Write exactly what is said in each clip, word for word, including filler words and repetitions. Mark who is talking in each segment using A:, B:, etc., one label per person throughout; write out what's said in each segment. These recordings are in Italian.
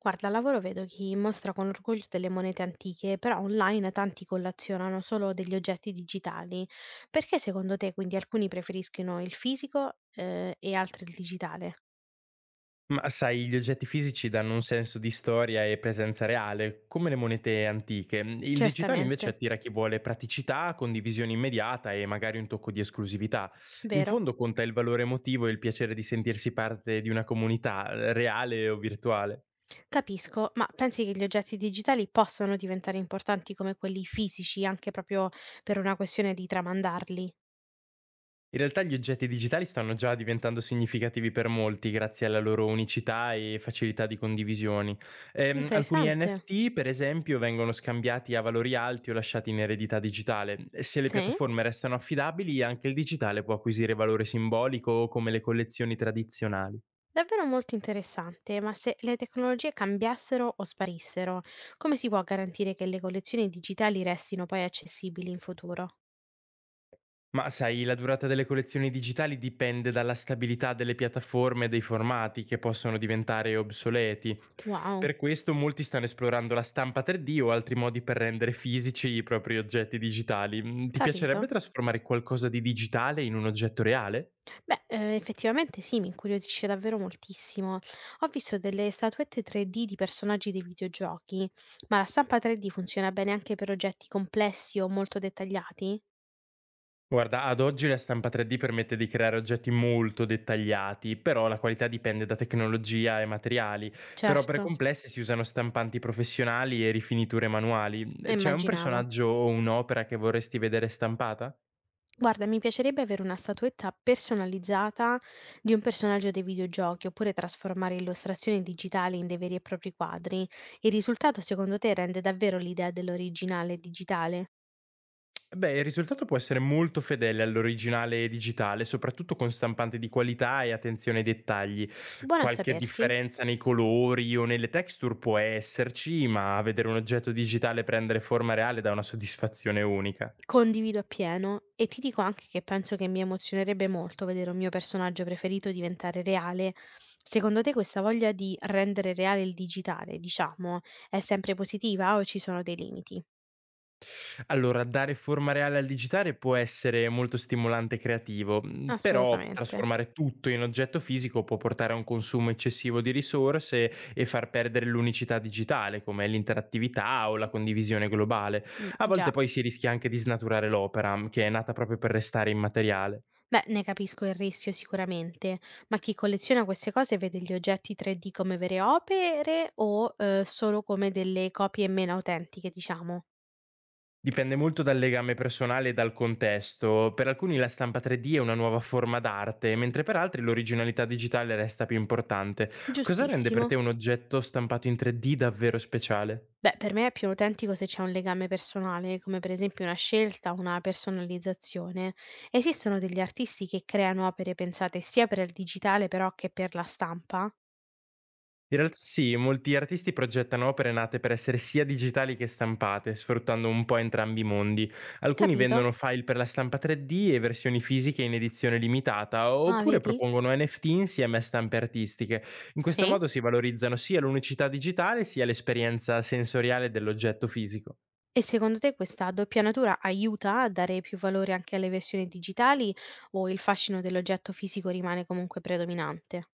A: Guarda, al lavoro vedo chi mostra con orgoglio delle monete antiche, però online tanti collezionano solo degli oggetti digitali. Perché secondo te quindi alcuni preferiscono il fisico, eh, e altri il digitale?
B: Ma sai, gli oggetti fisici danno un senso di storia e presenza reale, come le monete antiche. Il digitale
A: Certamente,
B: invece attira chi vuole praticità, condivisione immediata e magari un tocco di esclusività. In
A: vero?
B: fondo conta il valore emotivo e il piacere di sentirsi parte di una comunità, eh, reale o virtuale.
A: Capisco, ma pensi che gli oggetti digitali possano diventare importanti come quelli fisici anche proprio per una questione di tramandarli?
B: In realtà gli oggetti digitali stanno già diventando significativi per molti grazie alla loro unicità e facilità di condivisioni. Ehm, alcuni
A: Interessante.
B: N F T, per esempio, vengono scambiati a valori alti o lasciati in eredità digitale. Se le
A: Sì?
B: piattaforme restano affidabili, anche il digitale può acquisire valore simbolico come le collezioni tradizionali.
A: Davvero molto interessante, ma se le tecnologie cambiassero o sparissero, come si può garantire che le collezioni digitali restino poi accessibili in futuro?
B: Ma sai, la durata delle collezioni digitali dipende dalla stabilità delle piattaforme e dei formati che possono diventare obsoleti.
A: Wow,
B: Per questo molti stanno esplorando la stampa tre D o altri modi per rendere fisici i propri oggetti digitali. Mm, ti
A: capito.
B: piacerebbe trasformare qualcosa di digitale in un oggetto reale?
A: Beh, eh, effettivamente sì, mi incuriosisce davvero moltissimo. Ho visto delle statuette tre D di personaggi dei videogiochi, ma la stampa tre D funziona bene anche per oggetti complessi o molto dettagliati?
B: Guarda, ad oggi la stampa tre D permette di creare oggetti molto dettagliati, però la qualità dipende da tecnologia e materiali. Però per opere
A: Certo,
B: complesse si usano stampanti professionali e rifiniture manuali. C'è un
A: immaginavo.
B: personaggio o un'opera che vorresti vedere stampata?
A: Guarda, mi piacerebbe avere una statuetta personalizzata di un personaggio dei videogiochi, oppure trasformare illustrazioni digitali in dei veri e propri quadri. Il risultato, secondo te, rende davvero l'idea dell'originale digitale?
B: Beh, il risultato può essere molto fedele all'originale e digitale, soprattutto con stampanti di qualità e attenzione ai dettagli.
A: Buono a
B: Qualche
A: sapersi,
B: differenza nei colori o nelle texture può esserci, ma vedere un oggetto digitale prendere forma reale dà una soddisfazione unica.
A: condivido appieno e ti dico anche che penso che mi emozionerebbe molto vedere un mio personaggio preferito diventare reale. Secondo te questa voglia di rendere reale il digitale, diciamo, è sempre positiva o ci sono dei limiti?
B: Allora, dare forma reale al digitale può essere molto stimolante e creativo, mhmm, però
A: Assolutamente.
B: trasformare tutto in oggetto fisico può portare a un consumo eccessivo di risorse e far perdere l'unicità digitale, come l'interattività o la condivisione globale.
A: Mm,
B: A volte
A: già.
B: poi si rischia anche di snaturare l'opera, mh, che è nata proprio per restare immateriale.
A: Beh, ne capisco il rischio sicuramente, ma chi colleziona queste cose vede gli oggetti tre D come vere opere o eh, solo come delle copie meno autentiche, diciamo?
B: Dipende molto dal legame personale e dal contesto. Per alcuni la stampa tre D è una nuova forma d'arte, mentre per altri l'originalità digitale resta più importante. Cosa rende per
A: Giustissimo.
B: te un oggetto stampato in tre D davvero speciale?
A: Beh, per me è più autentico se c'è un legame personale, come per esempio una scelta, una personalizzazione. Esistono degli artisti che creano opere pensate sia per il digitale però che per la stampa?
B: In realtà sì, molti artisti progettano opere nate per essere sia digitali che stampate, sfruttando un po' entrambi i mondi. Alcuni
A: Capito?
B: vendono file per la stampa tre D e versioni fisiche in edizione limitata,
A: Ah,
B: oppure
A: vedi?
B: propongono N F T insieme a stampe artistiche. In questo
A: Sì.
B: modo si valorizzano sia l'unicità digitale sia l'esperienza sensoriale dell'oggetto fisico.
A: E secondo te questa doppianatura aiuta a dare più valore anche alle versioni digitali o il fascino dell'oggetto fisico rimane comunque predominante?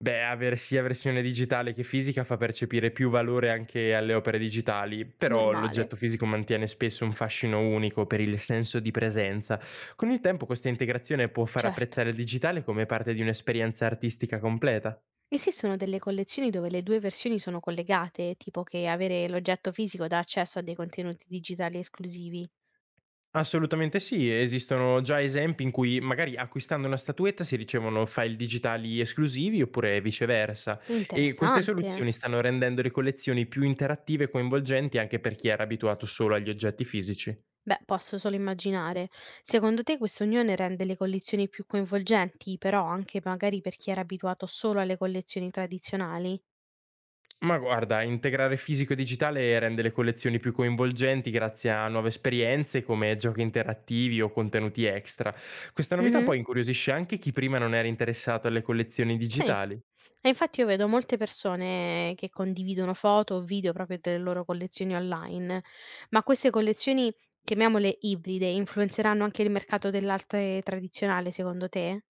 B: Beh, avere sia versione digitale che fisica fa percepire più valore anche alle opere digitali, però
A: Normale.
B: l'oggetto fisico mantiene spesso un fascino unico per il senso di presenza. Con il tempo questa integrazione può far
A: Certo.
B: apprezzare il digitale come parte di un'esperienza artistica completa.
A: Esistono delle collezioni dove le due versioni sono collegate, tipo che avere l'oggetto fisico dà accesso a dei contenuti digitali esclusivi.
B: Assolutamente sì, esistono già esempi in cui magari acquistando una statuetta si ricevono file digitali esclusivi oppure viceversa, e queste
A: Interessante.
B: soluzioni stanno rendendo le collezioni più interattive e coinvolgenti anche per chi era abituato solo agli oggetti fisici.
A: Beh, posso solo immaginare. Secondo te questa unione rende le collezioni più coinvolgenti, però anche magari per chi era abituato solo alle collezioni tradizionali?
B: Ma guarda, integrare fisico e digitale rende le collezioni più coinvolgenti grazie a nuove esperienze come giochi interattivi o contenuti extra. Questa novità
A: Mhm.
B: poi incuriosisce anche chi prima non era interessato alle collezioni
A: Sì.
B: digitali.
A: E infatti io vedo molte persone che condividono foto o video proprio delle loro collezioni online, ma queste collezioni, chiamiamole ibride, influenzeranno anche il mercato dell'arte tradizionale secondo te?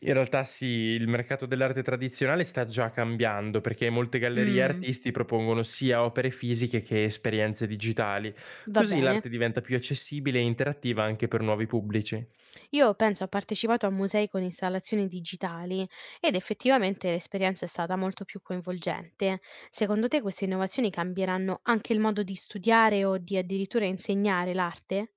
B: In realtà sì, il mercato dell'arte tradizionale sta già cambiando perché molte gallerie e
A: Mh,
B: artisti propongono sia opere fisiche che esperienze digitali,
A: va
B: così
A: bene.
B: l'arte diventa più accessibile e interattiva anche per nuovi pubblici.
A: Io penso ho partecipato a musei con installazioni digitali ed effettivamente l'esperienza è stata molto più coinvolgente. Secondo te queste innovazioni cambieranno anche il modo di studiare o di addirittura insegnare l'arte?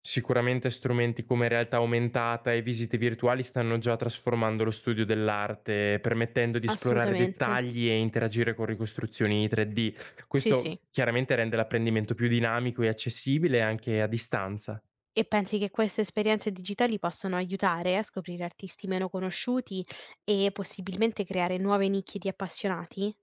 B: Sicuramente strumenti come realtà aumentata e visite virtuali stanno già trasformando lo studio dell'arte, permettendo di esplorare
A: Assolutamente.
B: dettagli e interagire con ricostruzioni tre D.
A: Sì, sì.
B: Questo chiaramente rende l'apprendimento più dinamico e accessibile anche a distanza.
A: E pensi che queste esperienze digitali possano aiutare a scoprire artisti meno conosciuti e possibilmente creare nuove nicchie di appassionati?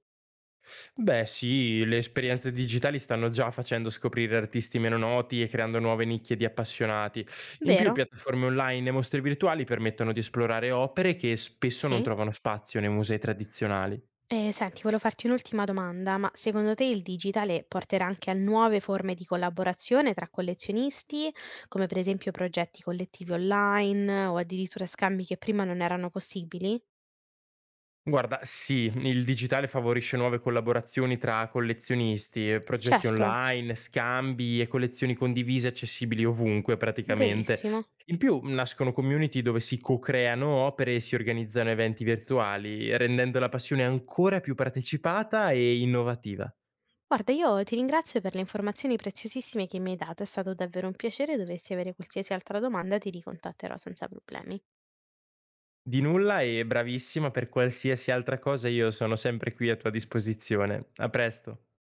B: Beh sì, le esperienze digitali stanno già facendo scoprire artisti meno noti e creando nuove nicchie di appassionati. In più,
A: Vero?
B: piattaforme online e mostre virtuali permettono di esplorare opere che spesso non
A: Sì.
B: trovano spazio nei musei tradizionali.
A: E senti, volevo farti un'ultima domanda, ma secondo te il digitale porterà anche a nuove forme di collaborazione tra collezionisti, come per esempio progetti collettivi online o addirittura scambi che prima non erano possibili?
B: Guarda, sì, il digitale favorisce nuove collaborazioni tra collezionisti, eh, progetti
A: Certo,
B: online, scambi e collezioni condivise accessibili ovunque praticamente.
A: verissimo.
B: In più nascono community dove si co-creano opere e si organizzano eventi virtuali, rendendo la passione ancora più partecipata e innovativa.
A: Guarda, io ti ringrazio per le informazioni preziosissime che mi hai dato, è stato davvero un piacere. Dovessi avere qualsiasi altra domanda, ti ricontatterò senza problemi.
B: Di nulla e bravissima, per qualsiasi altra cosa, io sono sempre qui a tua disposizione. A presto.